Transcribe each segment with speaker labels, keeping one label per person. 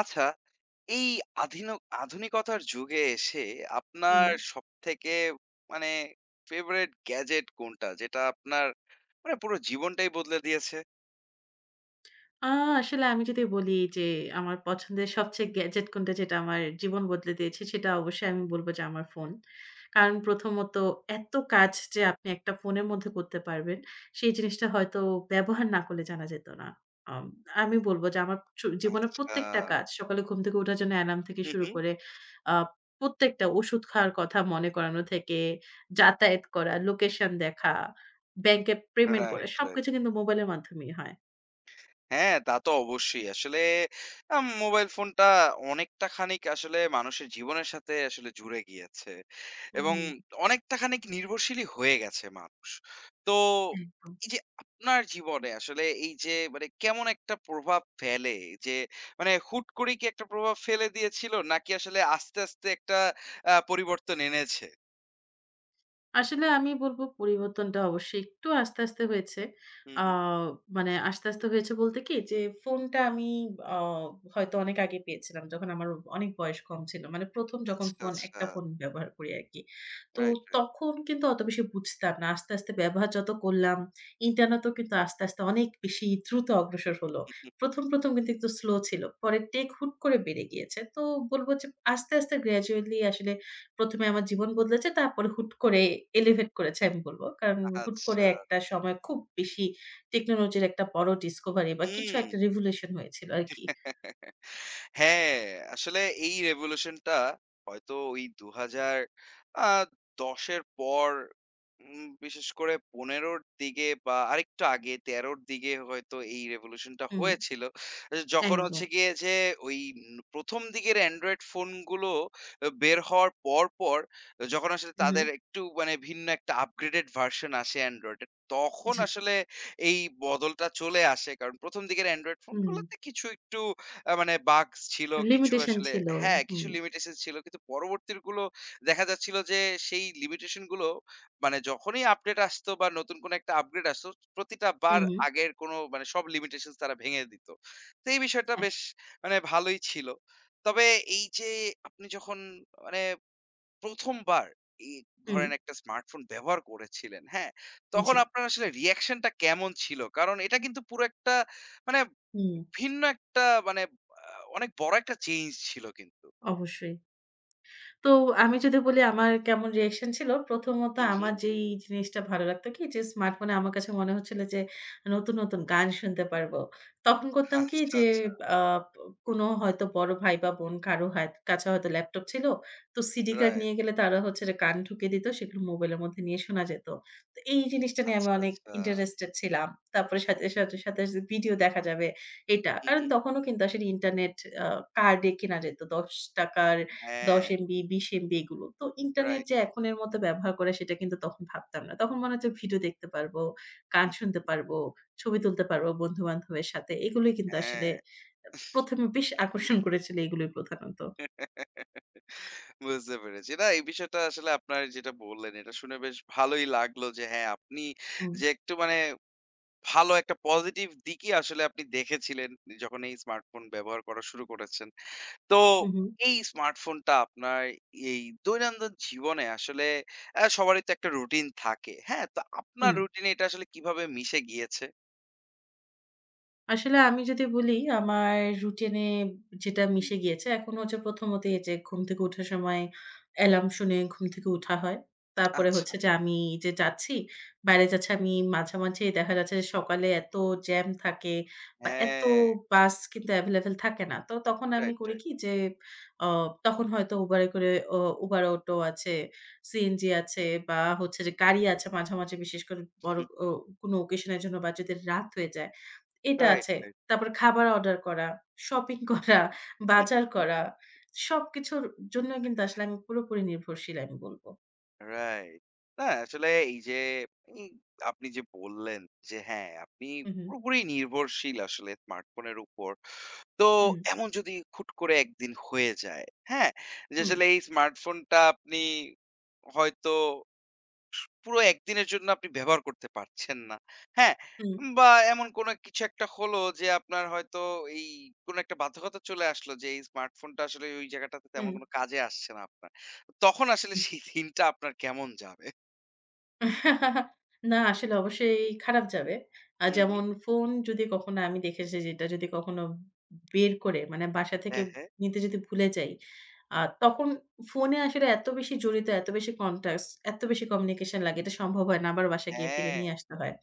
Speaker 1: আচ্ছা, এই আধিন আধুনিকতার যুগে এসে
Speaker 2: হুম।
Speaker 1: আপনার সবথেকে মানে ফেভারাইট গ্যাজেট কোনটা? যেটা আপনার মানে পুরো জীবনটাই বদলে দিয়েছে?
Speaker 2: আ আসলে আমি যদি বলি যে আমার পছন্দের সবচেয়ে গ্যাজেট কোনটা যেটা আমার জীবন বদলে দিয়েছে সেটা অবশ্যই আমি বলব যে আমার ফোন। কারণ প্রথমত এত কাজ যে আপনি একটা ফোনের মধ্যে করতে পারবেন সেই জিনিসটা হয়তো ব্যবহার না করলে জানা যেত না। আম আমি বলব যে আমার জীবনের
Speaker 1: আচ্ছা।
Speaker 2: প্রত্যেকটা কাজ সকালে ঘুম থেকে ওঠার জন্য অ্যালার্ম থেকে
Speaker 1: হু,
Speaker 2: শুরু
Speaker 1: হু।
Speaker 2: করে আ প্রত্যেকটা ওষুধ খাওয়ার কথা মনে করানো থেকে যাতায়াত করা, লোকেশন দেখা, ব্যাংকে পেমেন্ট করা
Speaker 1: রাইট, রাইট।
Speaker 2: সবকিছু কিন্তু মোবাইলের মাধ্যমেই হয়।
Speaker 1: হ্যাঁ, তা তো অবশ্যই। আসলে আ মোবাইল ফোনটা অনেকটা খানিক আসলে মানুষের জীবনের সাথে আসলে জুড়ে গিয়েছে এবং
Speaker 2: হুম,
Speaker 1: অনেকটা খানিক নির্ভরশীলই হয়ে গেছে মানুষ। তো
Speaker 2: একদম।
Speaker 1: এই যে আপনার জীবনে আসলে এই যে মানে কেমন একটা প্রভাব ফেলে? যে মানে হুট করে কি একটা প্রভাব ফেলে দিয়েছিল? নাকি আসলে আস্তে, আস্তে একটা পরিবর্তন এনেছে?
Speaker 2: আসলে আমি বলব পরিবর্তনটা অবশ্যই একটু আস্তে, আস্তে হয়েছে।
Speaker 1: হু,
Speaker 2: আ
Speaker 1: হু।
Speaker 2: মানে আস্তে, আস্তে হয়েছে বলতে কি যে ফোনটা আমি আ হয়তো অনেক আগে পেয়েছিলাম। যখন আমার অনেক বয়স কম ছিল। মানে ১ম যখন
Speaker 1: আচ্ছা,
Speaker 2: ফোন
Speaker 1: আচ্ছা।
Speaker 2: একটা ফোন ব্যবহার করি আরকি। তো
Speaker 1: রাইট, রাইট।
Speaker 2: তখন কিন্তু অত বেশি বুঝতাম না। আস্তে, আস্তে ব্যবহার যত করলাম, ইন্টারনেটও কিন্তু আস্তে, আস্তে অনেক বেশি দ্রুত অগ্রসর হলো। ১ম, ১ম কিন্তু একটু স্লো ছিল। পরে টেক হুট করে বেড়ে গিয়েছে। তো বলব যে আস্তে, আস্তে গ্র্যাজুয়ালি আসলে ১ম এ আমার জীবন বদলেছে। তারপরে হুট করে এলিভেট করেছে আমি বলব। কারণ হুট করে
Speaker 1: আচ্ছা।
Speaker 2: একটা সময় খুব বেশি টেকনোলজির একটা বড় ডিসকভারি বা কিছু
Speaker 1: হুম।
Speaker 2: একটা রিভলিউশন হয়েছিল আরকি।
Speaker 1: হ্যাঁ, আসলে এই রেভোলিউশনটা হয়তো ওই ২০০০ আ ১০ এর পর বিশেষ করে ১৫ র দিকে বা আরেকটু আগে ১৩ র দিকে হয়তো এই রেভোলিউশনটা
Speaker 2: হুম,
Speaker 1: হয়েছিল। যখন
Speaker 2: একদম।
Speaker 1: হচ্ছে গিয়ে যে ওই ন ১ম দিকের অ্যান্ড্রয়েড ফোনগুলো বের হওয়ার পর, পর যখন আসলে
Speaker 2: হু, হু।
Speaker 1: তাদের একটু মানে ভিন্ন একটা আপগ্রেডেড ভার্সন আসে অ্যান্ড্রয়েডের, তখন
Speaker 2: জি।
Speaker 1: আসলে এই বদলটা চলে আসে। কারণ ১ম দিকের অ্যান্ড্রয়েড
Speaker 2: হুম,
Speaker 1: ফোনগুলোতে কিছু একটু মানে বাগস ছিল কিছু
Speaker 2: লিমিটেশন
Speaker 1: আসলে।
Speaker 2: ছিল।
Speaker 1: হ্যাঁ,
Speaker 2: হুম।
Speaker 1: কিছু লিমিটেশন ছিল। কিন্তু পরবর্তীর গুলো দেখা যাচ্ছিল যে সেই লিমিটেশন গুলো মানে যখনই আপডেট আসতো বা নতুন কোনো একটা আপগ্রেড আসতো, প্রতিটা
Speaker 2: হু,
Speaker 1: বার
Speaker 2: হু।
Speaker 1: আগের কোনো মানে সব লিমিটেশনস তারা ভেঙে দিত। তো এই বিষয়টা
Speaker 2: হ্যাঁ।
Speaker 1: বেশ মানে ভালোই ছিল। তবে এই যে আপনি যখন মানে ১ম বার এই
Speaker 2: হুম।
Speaker 1: ধরেন একটা স্মার্টফোন ব্যবহার করেছিলেন, হ্যাঁ? তখন
Speaker 2: জি।
Speaker 1: আপনার আসলে reaction টা কেমন ছিল? কারণ এটা কিন্তু পুরো একটা মানে
Speaker 2: হুম,
Speaker 1: ভিন্ন একটা মানে আ অনেক বড় একটা চেঞ্জ ছিল কিন্তু।
Speaker 2: অবশ্যই। তো আমি যদি বলি আমার কেমন রিঅ্যাকশন ছিল, প্রথমত
Speaker 1: হু, হু।
Speaker 2: আমার যেই জিনিসটা ভালো লাগতো কি যে স্মার্টফোনে আমার কাছে মনে হচ্ছিল যে নতুন, নতুন গান শুনতে পারবো। তখন করতাম কি
Speaker 1: আচ্ছা,
Speaker 2: যে
Speaker 1: আচ্ছা।
Speaker 2: আ কোনো হয়তো বড় ভাই বা বোন কারো হাত কাছে হয়তো ল্যাপটপ ছিল। তো সিডি কার্ড
Speaker 1: রাইট।
Speaker 2: নিয়ে গেলে তারা হচ্ছে যে গান ঢুকিয়ে দিত সেগুলো মোবাইলের মধ্যে নিয়ে শোনা যেত। তো এই জিনিসটা নিয়ে আমি
Speaker 1: আচ্ছা,
Speaker 2: অনেক
Speaker 1: আচ্ছা।
Speaker 2: ইন্টারেস্টেড ছিলাম। তারপরে সাথে, সাথে ভিডিও দেখা যাবে এটা।
Speaker 1: হু,
Speaker 2: কারণ
Speaker 1: হু।
Speaker 2: তখনও কিন্তু আসলে ইন্টারনেট আ কার্ডে কেনা যেত। ৳১০
Speaker 1: হ্যাঁ,
Speaker 2: 10 MB 20 MB এগুলো। তো ইন্টারনেট
Speaker 1: রাইট,
Speaker 2: যে
Speaker 1: রাইট।
Speaker 2: এখনের মতো ব্যবহার করে সেটা কিন্তু তখন ভাবতাম না। তখন মনে হচ্ছে ভিডিও দেখতে পারবো, গান শুনতে পারবো, ছবি তুলতে পারবো বন্ধু-বান্ধবের সাথে। এগুলোই কিন্তু আসলে
Speaker 1: হ্যাঁ।
Speaker 2: ১ম এ বেশ আকর্ষণ করেছিল এগুলোই প্রধানত।
Speaker 1: বুঝতে পেরেছি। না এই বিষয়টা আসলে আপনার যেটা বললেন এটা শুনে বেশ ভালোই লাগলো যে হ্যাঁ, আপনি
Speaker 2: হুম,
Speaker 1: যে একটু মানে ভালো একটা পজিটিভ দিকই আসলে আপনি দেখেছিলেন যখন এই স্মার্টফোন ব্যবহার করা শুরু করেছেন। তো
Speaker 2: হু, হু,
Speaker 1: এই স্মার্টফোনটা আপনার এই দৈনন্দিন জীবনে আসলে সবারই তো একটা রুটিন থাকে। হ্যাঁ? তো আপনার
Speaker 2: হুম।
Speaker 1: রুটিনে এটা আসলে কিভাবে মিশে গিয়েছে?
Speaker 2: আসলে আমি যদি বলি আমার রুটিনে যেটা
Speaker 1: হুম,
Speaker 2: মিশে
Speaker 1: হুম।
Speaker 2: গিয়েছে, এখন হচ্ছে প্রথমত এই যে ঘুম থেকে ওঠার সময় অ্যালার্ম শুনে ঘুম থেকে উঠা হয়। তারপরে
Speaker 1: আচ্ছা।
Speaker 2: হচ্ছে যে আমি যে যাচ্ছি, বাইরে যাচ্ছি আমি মাঝামাঝি দেখা যাচ্ছে যে সকালে এত জ্যাম থাকে বা এত
Speaker 1: হ্যাঁ,
Speaker 2: বাস কিন্তু এভেইলেবল থাকে না। তো তখন আমি
Speaker 1: রাইট,
Speaker 2: করি
Speaker 1: রাইট।
Speaker 2: কি যে অ তখন হয়তো Uber এ করে অ Uber Auto আছে, সিএনজি আছে বা হচ্ছে যে গাড়ি আছে মাঝামাঝি বিশেষ করে বড় ও কোনো অকেশন এর জন্য বা যদি রাত হয়ে যায়। এটা
Speaker 1: রাইট,
Speaker 2: আছে।
Speaker 1: রাইট।
Speaker 2: তারপর খাবার অর্ডার করা, শপিং করা, বাজার করা, সবকিছুর জন্য কিন্তু আসলে আমি পুরোপুরি নির্ভরশীল আমি বলব।
Speaker 1: রাইট। না আসলে এই যে এই আপনি যে বললেন যে হ্যাঁ, আপনি
Speaker 2: হুম, হুম,
Speaker 1: পুরোপুরি নির্ভরশীল আসলে স্মার্টফোনের উপর। তো এমন যদি হুট করে একদিন হয়ে যায়, হ্যাঁ? যে
Speaker 2: হুম,
Speaker 1: আসলে এই স্মার্টফোনটা আপনি হয়তো পুরো একদিনের জন্য আপনি ব্যবহার করতে পারছেন না, হ্যাঁ?
Speaker 2: হুম,
Speaker 1: বা এমন কোনো কিছু একটা হলো যে আপনার হয়তো এই কোনো একটা বাধ্যকতা চলে আসলো যে এই স্মার্টফোনটা আসলে ওই জায়গাটাতে তেমন
Speaker 2: হুম,
Speaker 1: কোনো কাজে আসছে না আপনার। তখন আসলে
Speaker 2: হুম, জি।
Speaker 1: সেই দিনটা আপনার কেমন যাবে?
Speaker 2: না আসলে অবশ্যই খারাপ যাবে।
Speaker 1: হুম, হুম।
Speaker 2: যেমন ফোন যদি কখনো আমি দেখেছি যে এটা যদি কখনো বের করে মানে বাসা থেকে
Speaker 1: হ্যাঁ, হ্যাঁ।
Speaker 2: নিতে যদি ভুলে যাই, আ তখন ফোনে আসলে এত বেশি জড়িত, এত বেশি কনট্যাক্টস, এত বেশি কমিউনিকেশন লাগে এটা সম্ভব হয় না। আবার বাসায় গিয়ে ফিরে
Speaker 1: হ্যাঁ।
Speaker 2: নিয়ে আসতে হয়।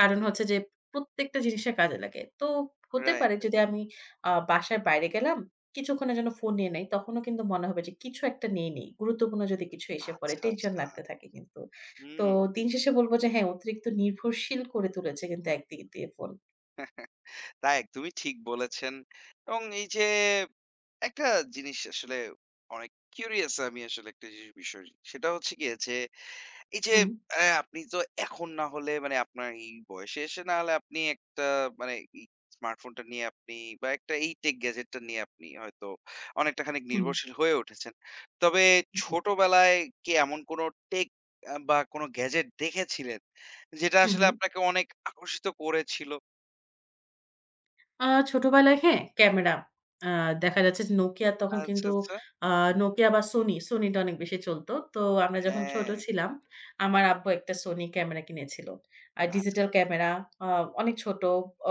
Speaker 2: কারণ হচ্ছে যে প্রত্যেকটা জিনিসে কাজে লাগে। তো হতে
Speaker 1: রাইট,
Speaker 2: পারে
Speaker 1: রাইট।
Speaker 2: যদি আমি বাসার বাইরে গেলাম, কিছুক্ষণের জন্য ফোন নিয়ে নেই, তখনও কিন্তু মনে হবে যে কিছু একটা নিয়ে নেই। গুরুত্বপূর্ণ যদি কিছু এসে পড়ে,
Speaker 1: আচ্ছা,
Speaker 2: টেনশন
Speaker 1: আচ্ছা।
Speaker 2: লাগতে থাকে কিন্তু। তো
Speaker 1: হুম।
Speaker 2: দিন শেষে বলব যে হ্যাঁ, অতিরিক্ত নির্ভরশীল করে তুলেছে কিন্তু একদিক দিয়ে ফোন।
Speaker 1: তা একদমই ঠিক বলেছেন। এবং এই যে একটা জিনিস আসলে অনেক কিউরিয়াস আমি আসলে একটা জিনিস বিষয়। সেটা হচ্ছে গিয়ে যে এই যে
Speaker 2: হুম,
Speaker 1: আপনি তো এখন না হলে মানে আপনার এই বয়সে এসে না হলে আপনি একটা মানে এই স্মার্টফোনটা নিয়ে আপনি বা একটা এই টেক গ্যাজেটটা নিয়ে আপনি হয়তো অনেকটা খানিক
Speaker 2: হুম,
Speaker 1: নির্ভরশীল হয়ে উঠেছেন। তবে
Speaker 2: জি।
Speaker 1: ছোটবেলায় কি এমন কোনো টেক বা কোনো গ্যাজেট দেখেছিলেন যেটা
Speaker 2: হু,
Speaker 1: আসলে
Speaker 2: হু।
Speaker 1: আপনাকে অনেক আকর্ষিত করেছিল?
Speaker 2: ছোটবেলায় হ্যাঁ, ক্যামেরা। আ দেখা যাচ্ছে যে Nokia তখন
Speaker 1: আচ্ছা,
Speaker 2: কিন্তু
Speaker 1: আচ্ছা।
Speaker 2: আ Nokia বা Sony, Sony টা অনেক বেশি চলত। তো আমরা যখন ছোট
Speaker 1: হ্যাঁ।
Speaker 2: ছিলাম, আমার আব্বু একটা Sony ক্যামেরা কিনেছিল। আর ডিজিটাল
Speaker 1: আচ্ছা।
Speaker 2: ক্যামেরা আ অনেক ছোট,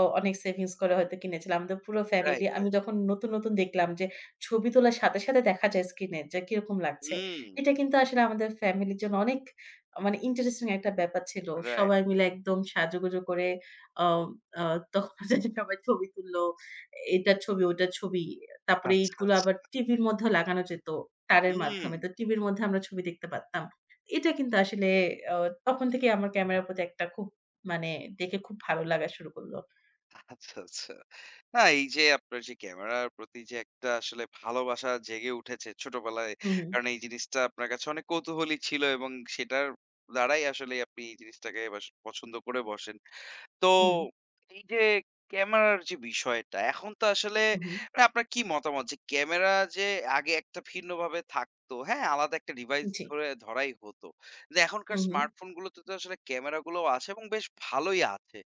Speaker 2: অনেক সেভিংস করে হয়তো কিনেছিল। আমাদের পুরো ফ্যামিলি
Speaker 1: রাইট,
Speaker 2: আমি
Speaker 1: রাইট।
Speaker 2: যখন নতুন, নতুন দেখলাম যে ছবি তোলার সাথে, সাথে দেখা যায় স্ক্রিনে যে কিরকম লাগছে।
Speaker 1: হুম,
Speaker 2: এটা কিন্তু আসলে আমাদের ফ্যামিলির জন্য অনেক মানে ইন্টারেস্টিং একটা ব্যাপার ছিল।
Speaker 1: রাইট।
Speaker 2: সবাই মিলে একদম সাজুগুজু করে আম আ তখন হচ্ছে যে সবাই ছবি তুলল। এটার ছবি, ওটার ছবি। তারপরে
Speaker 1: আচ্ছা,
Speaker 2: ইটগুলো
Speaker 1: আচ্ছা।
Speaker 2: আবার টিভির মধ্যেও লাগানো যেত তারের
Speaker 1: হুম।
Speaker 2: মাধ্যমে। তো টিভির মধ্যে আমরা ছবি দেখতে পারতাম। এটা কিন্তু আসলে আ তখন থেকেই আমার ক্যামেরার প্রতি একটা খুব মানে দেখে খুব ভালো লাগা শুরু করল।
Speaker 1: আচ্ছা, আচ্ছা। না এই যে আপনার যে ক্যামেরার প্রতি যে একটা আসলে ভালোবাসা জেগে উঠেছে ছোটবেলায়।
Speaker 2: হুম, হুম,
Speaker 1: কারণ এই জিনিসটা আপনার কাছে অনেক কৌতূহলী ছিল এবং সেটার দ্বারাই আসলে আপনি এই জিনিসটাকে পছন্দ করে বসেন। তো
Speaker 2: হুম,
Speaker 1: এই যে ক্যামেরার যে বিষয়টা, এখন তো আসলে
Speaker 2: হুম, হুম।
Speaker 1: মানে আপনার কি মতামত যে ক্যামেরা যে আগে একটা ভিন্নভাবে থাকতো, হ্যাঁ? আলাদা একটা ডিভাইস
Speaker 2: জি।
Speaker 1: ধরে ধরাই হতো। যে এখনকার
Speaker 2: হুম, হুম।
Speaker 1: স্মার্টফোন গুলোতে তো আসলে ক্যামেরা গুলোও আছে এবং বেশ ভালোই আছে।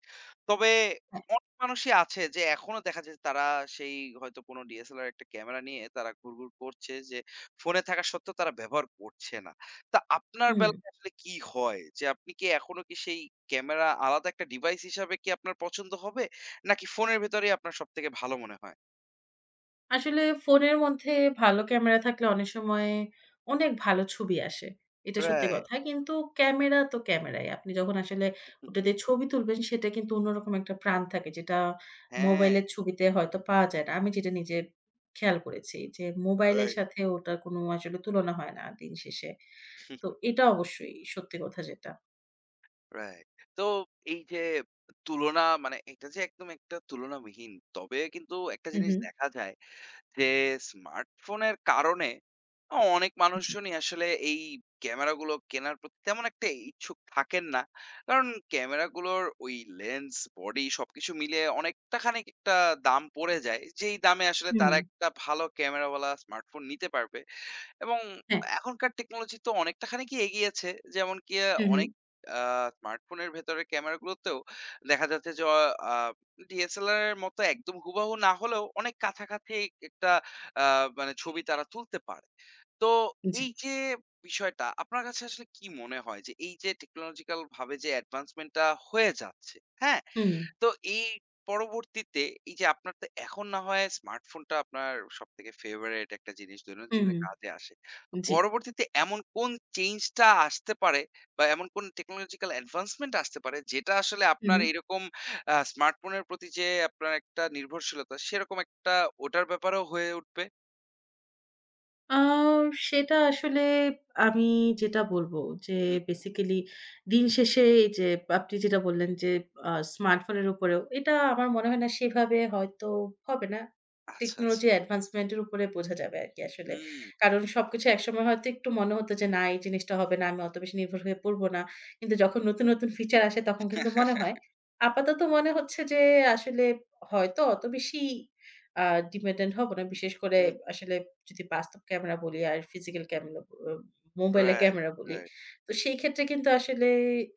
Speaker 1: তবে
Speaker 2: হ্যাঁ।
Speaker 1: অনেক মানুষই আছে যে এখনো দেখা যায় তারা সেই হয়তো কোনো DSLR একটা ক্যামেরা নিয়ে তারা ঘুরঘুর করছে যে ফোনে থাকা সত্ত্বেও তারা ব্যবহার করছে না। তা আপনার
Speaker 2: হুম।
Speaker 1: বেলায় আসলে কি হয়? যে আপনি কি এখনো কি সেই ক্যামেরা আলাদা একটা ডিভাইস হিসাবে কি আপনার পছন্দ হবে? নাকি ফোনের ভেতরেই আপনার সবথেকে ভালো মনে হয়?
Speaker 2: আসলে ফোনের মধ্যে ভালো ক্যামেরা থাকলে অনেক সময় অনেক ভালো ছবি আসে। এটা সত্যি
Speaker 1: রাইট,
Speaker 2: কথা। কিন্তু ক্যামেরা তো ক্যামেরাই। আপনি যখন আসলে ওটা দিয়ে ছবি তুলবেন সেটা কিন্তু অন্যরকম একটা প্রাণ থাকে যেটা
Speaker 1: হ্যাঁ,
Speaker 2: মোবাইলের ছবিতে হয়তো পাওয়া যায় না। আমি যেটা নিজে খেয়াল করেছি যে মোবাইলের
Speaker 1: রাইট,
Speaker 2: সাথে ওটার কোনো আসলে তুলনা হয় না দিন শেষে। তো এটা অবশ্যই সত্যি কথা যেটা।
Speaker 1: রাইট। তো এই যে তুলনা মানে এটা যে একদম একটা তুলনাবিহীন। তবে কিন্তু একটা
Speaker 2: হু,
Speaker 1: জিনিস
Speaker 2: হু।
Speaker 1: দেখা যায় যে স্মার্টফোনের কারণে অনেক
Speaker 2: জি।
Speaker 1: মানুষজনই আসলে এই ক্যামেরাগুলো কেনার প্রতি তেমন একটা ইচ্ছুক থাকেন না। কারণ ক্যামেরাগুলোর ওই লেন্স, বডি সবকিছু মিলিয়ে অনেকটা খানিক একটা দাম পড়ে যায়। যেই দামে আসলে তারা
Speaker 2: হুম।
Speaker 1: একটা ভালো ক্যামেরাওয়ালা স্মার্টফোন নিতে পারবে। এবং
Speaker 2: হ্যাঁ।
Speaker 1: এখনকার টেকনোলজি তো অনেকটা খানি কি এগিয়েছে। যেমন কি
Speaker 2: হু, হু।
Speaker 1: অনেক আ স্মার্টফোনের ভেতরে ক্যামেরাগুলোতেও দেখা যাচ্ছে যে অ আ DSLR এর মতো একদম হুবাহু না হলেও অনেক কাছাকাছি একটা আ মানে ছবি তারা তুলতে পারে। তো
Speaker 2: জি।
Speaker 1: এই যে বিষয়টা আপনার কাছে আসলে কি মনে হয় যে এই যে টেকনোলজিক্যাল ভাবে যে অ্যাডভান্সমেন্ট টা হয়ে যাচ্ছে, হ্যাঁ?
Speaker 2: হুম,
Speaker 1: তো এই পরবর্তীতে এই যে আপনার তো এখন না হয় স্মার্টফোনটা আপনার সবথেকে ফেভারাইট একটা জিনিস দৈনন্দিন
Speaker 2: হুম,
Speaker 1: জীবনে কাজে আসে। তো
Speaker 2: জি।
Speaker 1: পরবর্তীতে এমন কোন চেঞ্জটা আসতে পারে বা এমন কোন টেকনোলজিক্যাল অ্যাডভান্সমেন্ট আসতে পারে যেটা আসলে
Speaker 2: হু,
Speaker 1: আপনার
Speaker 2: হু।
Speaker 1: এরকম স্মার্টফোনের প্রতি যে আপনার একটা নির্ভরশীলতা সেরকম একটা ওটার ব্যাপারেও হয়ে উঠবে?
Speaker 2: আ সেটা আসলে আমি যেটা বলব যে
Speaker 1: হুম,
Speaker 2: বেসিক্যালি দিন শেষে এই যে আপনি যেটা বললেন যে স্মার্টফোনের উপরেও এটা আমার মনে হয় না সেভাবে হয়তো হবে না।
Speaker 1: আচ্ছা, আচ্ছা।
Speaker 2: টেকনোলজি অ্যাডভান্সমেন্ট এর উপরে বোঝা যাবে আরকি আসলে।
Speaker 1: হুম।
Speaker 2: কারণ সবকিছু একসময় হয়তো একটু মনে হতো যে না এই জিনিসটা হবে না, আমি অত বেশি নির্ভর হয়ে পড়ব না। কিন্তু যখন নতুন, নতুন ফিচার আসে তখন কিন্তু মনে হয়। আপাতত মনে হচ্ছে যে আসলে হয়তো অত বেশি আ ডিপেন্ডেন্ট হব না। বিশেষ করে
Speaker 1: হুম, হুম।
Speaker 2: আসলে যদি বাস্তব ক্যামেরা বলি আর ফিজিক্যাল ক্যামেরা মোবাইলে
Speaker 1: রাইট,
Speaker 2: ক্যামেরা বলি।
Speaker 1: রাইট।
Speaker 2: তো সেই ক্ষেত্রে কিন্তু আসলে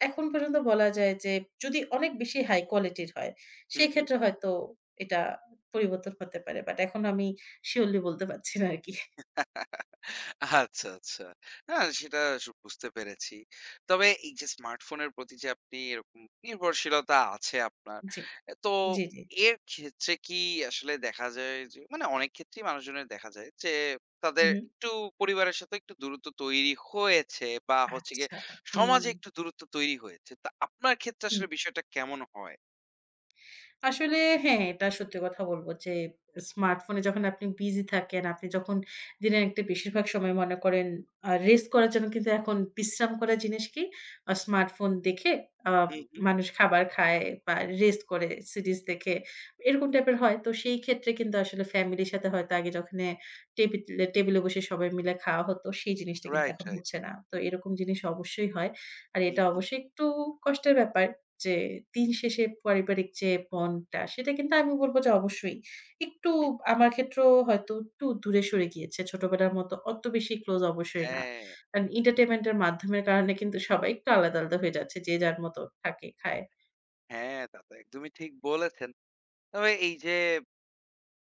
Speaker 2: এখন পর্যন্ত বলা যায় যে যদি অনেক বেশি হাই কোয়ালিটির হয়,
Speaker 1: হুম, হুম।
Speaker 2: সেক্ষেত্রে হয়তো এটা পরিবর্তন হতে পারে। বাট এখন আমি সিউরলি বলতে পারছি না আরকি।
Speaker 1: আচ্ছা, আচ্ছা। না সেটা বুঝতে পেরেছি। তবে এই যে স্মার্টফোনের প্রতি যে আপনি এরকম নির্ভরশীলতা আছে আপনার,
Speaker 2: জি,
Speaker 1: এ তো
Speaker 2: জি, জি।
Speaker 1: এর ক্ষেত্রে কি আসলে দেখা যায় যে মানে অনেক ক্ষেত্রেই মানুষজনের দেখা যায় যে
Speaker 2: হু,
Speaker 1: তাদের
Speaker 2: হু।
Speaker 1: একটু পরিবারের সাথে একটু দূরত্ব তৈরি হয়েছে বা হচ্ছে গিয়ে
Speaker 2: আচ্ছা। হুম।
Speaker 1: সমাজে একটু দূরত্ব তৈরি হয়েছে। তা আপনার ক্ষেত্রে
Speaker 2: হুম।
Speaker 1: আসলে বিষয়টা কেমন হয়?
Speaker 2: আসলে হ্যাঁ, এটা সত্যি কথা বলব যে স্মার্টফোনে যখন আপনি বিজি থাকেন, আপনি যখন দিনের একটা বেশিরভাগ সময় মনে করেন রেস্ট করার জন্য কিন্তু এখন বিশ্রাম করার জিনিস কি? স্মার্টফোন দেখে আ
Speaker 1: হুম, হুম।
Speaker 2: মানুষ খাবার খায় বা রেস্ট করে সিরিজ দেখে, এরকম টাইপের হয়। তো সেই ক্ষেত্রে কিন্তু আসলে ফ্যামিলির সাথে হয়তো আগে যখনে টেবিলে টেবিলে বসে সবাই মিলে খাওয়া হতো, সেই জিনিসটা কিন্তু
Speaker 1: রাইট,
Speaker 2: এখন
Speaker 1: রাইট।
Speaker 2: হচ্ছে না। তো এরকম জিনিস অবশ্যই হয়। আর
Speaker 1: হুম,
Speaker 2: এটা
Speaker 1: হুম।
Speaker 2: অবশ্যই একটু কষ্টের ব্যাপার। যে দিন শেষে পারিবারিক যে বন্ডটা সেটা কিন্তু আমি বলব যে অবশ্যই একটু আমার ক্ষেত্রেও হয়তো একটু দূরে সরে গিয়েছে। ছোটবেলার মতো অত বেশি ক্লোজ অবশ্যই না।
Speaker 1: হ্যাঁ,
Speaker 2: কারণ entertainment এর মাধ্যমের কারণে কিন্তু সবাই একটু আলাদা, আলাদা হয়ে যাচ্ছে। যে যার মতো থাকে, খায়।
Speaker 1: হ্যাঁ, তা তো একদমই ঠিক বলেছেন। তবে এই যে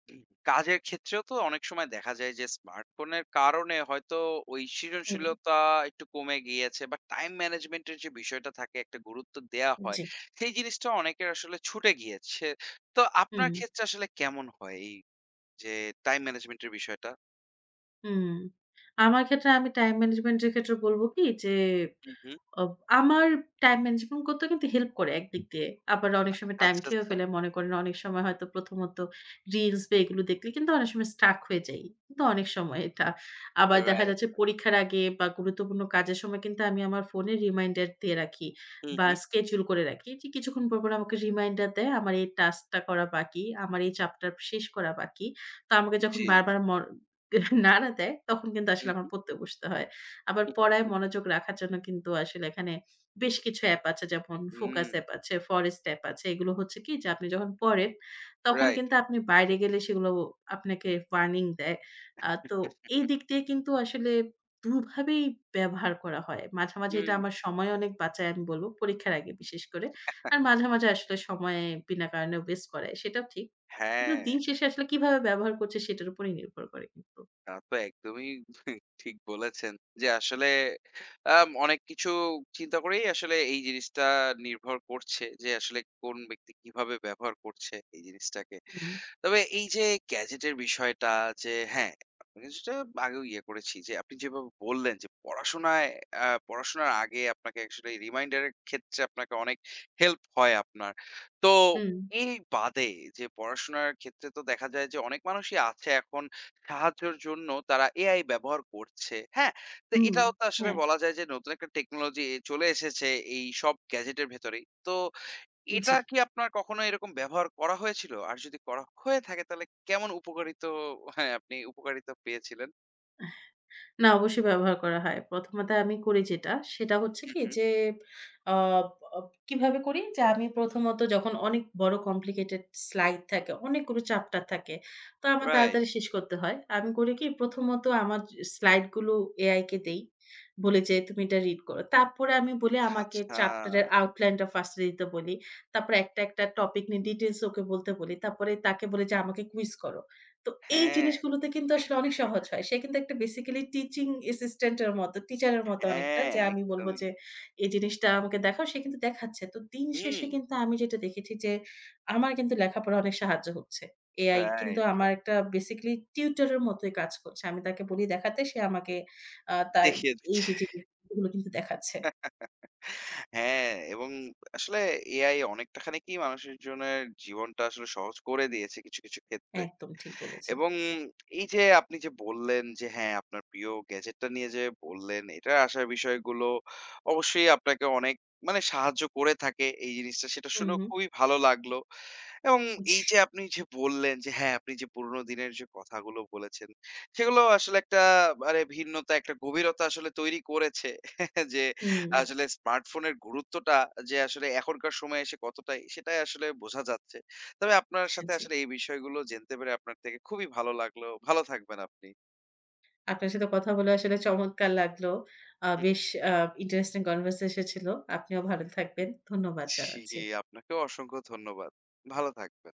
Speaker 1: হুম, কাজের ক্ষেত্রেও তো অনেক সময় দেখা যায় যে স্মার্টফোনের কারণে হয়তো ওই
Speaker 2: হুম,
Speaker 1: সৃজনশীলতা একটু কমে গিয়েছে বা টাইম ম্যানেজমেন্টের যে বিষয়টা থাকে একটা গুরুত্ব দেয়া হয়
Speaker 2: জি।
Speaker 1: সেই জিনিসটা অনেকের আসলে ছুটে গিয়েছে। তো
Speaker 2: হুম,
Speaker 1: আপনার ক্ষেত্রে আসলে কেমন হয় এই যে টাইম ম্যানেজমেন্টের বিষয়টা?
Speaker 2: হুম। আমার ক্ষেত্রে আমি টাইম ম্যানেজমেন্ট এর ক্ষেত্রে বলব কি যে
Speaker 1: হুম, হুম।
Speaker 2: অব আমার টাইম ম্যানেজমেন্ট করতেও কিন্তু হেল্প করে একদিক দিয়ে। আবার অনেক সময় টাইম
Speaker 1: আচ্ছা,
Speaker 2: খেয়েও
Speaker 1: আচ্ছা।
Speaker 2: ফেলে। মনে করেন অনেক সময় হয়তো প্রথমত রিলস বা এগুলো দেখলে কিন্তু অনেক সময় স্ট্রাক হয়ে যাই। কিন্তু অনেক সময় এটা। আবার দেখা
Speaker 1: রাইট।
Speaker 2: যাচ্ছে পরীক্ষার আগে বা গুরুত্বপূর্ণ কাজের সময় কিন্তু আমি আমার ফোনে রিমাইন্ডার দিয়ে রাখি
Speaker 1: হুম,
Speaker 2: বা
Speaker 1: হুম।
Speaker 2: স্কেডিউল করে রাখি। যে কিছুক্ষণ পর, পর আমাকে রিমাইন্ডার দেয় আমার এই টাস্কটা করা বাকি, আমার এই চ্যাপ্টার শেষ করা বাকি। তো আমাকে যখন
Speaker 1: জি, জি,
Speaker 2: বারবার নাড়া দেয় তখন কিন্তু আসলে আমার
Speaker 1: হুম,
Speaker 2: পড়তে বসতে হয়। আবার পড়ায় মনোযোগ রাখার জন্য কিন্তু আসলে এখানে বেশ কিছু অ্যাপ আছে যেমন ফোকাস
Speaker 1: হুম।
Speaker 2: অ্যাপ আছে, ফরেস্ট অ্যাপ আছে। এগুলো হচ্ছে কি যে আপনি যখন পড়েন তখন
Speaker 1: রাইট।
Speaker 2: কিন্তু
Speaker 1: হুম।
Speaker 2: আপনি বাইরে গেলে সেগুলো আপনাকে ওয়ার্নিং দেয়। তো
Speaker 1: রাইট।
Speaker 2: এই দিক দিয়ে কিন্তু আসলে ২ ভাবেই ব্যবহার করা হয়। মাঝে, মাঝে এটা
Speaker 1: হুম।
Speaker 2: আমার সময় অনেক বাঁচায় আমি বলব পরীক্ষার আগে বিশেষ করে। আর মাঝে, মাঝে আসলে সময় বিনা কারণে ওয়েস্ট করায় সেটাও ঠিক। কিন্তু
Speaker 1: হ্যাঁ,
Speaker 2: দিন শেষে আসলে কিভাবে ব্যবহার করছে সেটার উপরেই নির্ভর করে কিন্তু।
Speaker 1: তা তো একদমই ঠিক বলেছেন। যে আসলে অনেক কিছু চিন্তা করেই আসলে এই জিনিসটা নির্ভর করছে যে আসলে কোন ব্যক্তি কিভাবে ব্যবহার করছে এই জিনিসটাকে।
Speaker 2: হুম,
Speaker 1: তবে এই যে গ্যাজেটের বিষয়টা যে হ্যাঁ, আপনি কিছুটা আগেও ইয়ে করেছি যে আপনি যেভাবে বললেন যে পড়াশোনায় আ পড়াশোনার আগে আপনাকে আসলে রিমাইন্ডারের ক্ষেত্রে আপনাকে অনেক হেল্প হয় আপনার। তো
Speaker 2: হুম,
Speaker 1: এই বাদে যে পড়াশোনার ক্ষেত্রে তো দেখা যায় যে অনেক মানুষই আছে এখন সাহায্যের জন্য তারা এআই ব্যবহার করছে। হ্যাঁ? তো
Speaker 2: হুম,
Speaker 1: এটাও তো আসলে
Speaker 2: হ্যাঁ,
Speaker 1: বলা যায় যে নতুন একটা টেকনোলজি চলে এসেছে এই সব গ্যাজেটের ভেতরেই। তো এটা
Speaker 2: জি।
Speaker 1: কি আপনার কখনো এরকম ব্যবহার করা হয়েছিল? আর যদি করা হয়ে থাকে তাহলে কেমন উপকারিত হ্যাঁ, আপনি উপকারিতা পেয়েছিলেন?
Speaker 2: এহ না, অবশ্যই ব্যবহার করা হয়। প্রথমত আমি করি যেটা, সেটা হচ্ছে
Speaker 1: হু,
Speaker 2: কি
Speaker 1: হু।
Speaker 2: যে আ অ কিভাবে করি? যে আমি প্রথমত যখন অনেক বড় complicated স্লাইড থাকে, অনেকগুলো চ্যাপ্টার থাকে, তো আমার
Speaker 1: রাইট।
Speaker 2: তাড়াতাড়ি শেষ করতে হয়। আমি করি
Speaker 1: হু,
Speaker 2: কি?
Speaker 1: হু।
Speaker 2: প্রথমত আমার স্লাইডগুলো AI কে দেই। বলি যে, "তুমি এটা রিড করো।" তারপরে আমি বলি আমাকে
Speaker 1: আচ্ছা।
Speaker 2: চ্যাপ্টারের আউটলাইনটা ফার্স্ট এ দিতে বলি। তারপরে একটা, একটা টপিক নিয়ে ডিটেইলস ওকে বলতে বলি। তারপরে তাকে বলি যে, "আমাকে কুইজ করো।" তো এই
Speaker 1: হ্যাঁ,
Speaker 2: জিনিসগুলোতে কিন্তু আসলে অনেক সহজ হয়। সে কিন্তু একটা বেসিক্যালি টিচিং অ্যাসিস্ট্যান্ট এর মতো, টিচারের মতো অনেকটা
Speaker 1: হ্যাঁ,
Speaker 2: যে আমি বলব
Speaker 1: একদমই।
Speaker 2: যে, "এই জিনিসটা আমাকে দেখাও।" সে কিন্তু দেখাচ্ছে। তো দিন
Speaker 1: হুম।
Speaker 2: শেষে কিন্তু আমি যেটা দেখেছি যে, আমার কিন্তু লেখাপড়া অনেক সাহায্য হচ্ছে। এআই কিন্তু
Speaker 1: রাইট।
Speaker 2: আমার একটা বেসিক্যালি টিউটরের মতোই কাজ করছে। আমি তাকে বলি দেখাতে, সে আমাকে আ তার
Speaker 1: দেখিয়ে
Speaker 2: এই
Speaker 1: দিচ্ছে।
Speaker 2: যে, যে, গুলো কিন্তু দেখাচ্ছে।
Speaker 1: হ্যাঁ, এবং আসলে এআই অনেকটা খানি কি মানুষের জনের জীবনটা আসলে সহজ করে দিয়েছে কিছু, কিছু ক্ষেত্রে।
Speaker 2: একদম ঠিক বলেছেন।
Speaker 1: এবং এই যে আপনি যে বললেন যে হ্যাঁ, আপনার প্রিয় গ্যাজেটটা নিয়ে যে বললেন, এটার আসার বিষয়গুলো অবশ্যই আপনাকে অনেক মানে সাহায্য করে থাকে এই জিনিসটা। সেটা
Speaker 2: হুম,
Speaker 1: শুনেও
Speaker 2: হুম।
Speaker 1: খুবই ভালো লাগলো। এবং
Speaker 2: জি।
Speaker 1: এই যে আপনি যে বললেন যে হ্যাঁ, আপনি যে পুরোনো দিনের যে কথাগুলো বলেছেন, সেগুলো আসলে একটা মানে ভিন্নতা, একটা গভীরতা আসলে তৈরি করেছে। যে
Speaker 2: হুম,
Speaker 1: আসলে স্মার্টফোনের গুরুত্বটা যে আসলে এখনকার সময়ে এসে কতটাই, সেটাই আসলে বোঝা যাচ্ছে। তবে আপনার সাথে
Speaker 2: জি।
Speaker 1: আসলে এই বিষয়গুলো জানতে পেরে আপনার থেকে খুবই ভালো লাগলো। ভালো থাকবেন আপনি।
Speaker 2: আপনার সাথে কথা বলে আসলে চমৎকার লাগলো।
Speaker 1: হুম,
Speaker 2: বেশ আ ইন্টারেস্টিং কনভারসেশন ছিল। আপনিও ভালো থাকবেন। ধন্যবাদ
Speaker 1: জি,
Speaker 2: জানাচ্ছি।
Speaker 1: আপনাকেও অসংখ্য ধন্যবাদ। ভালো থাকবেন।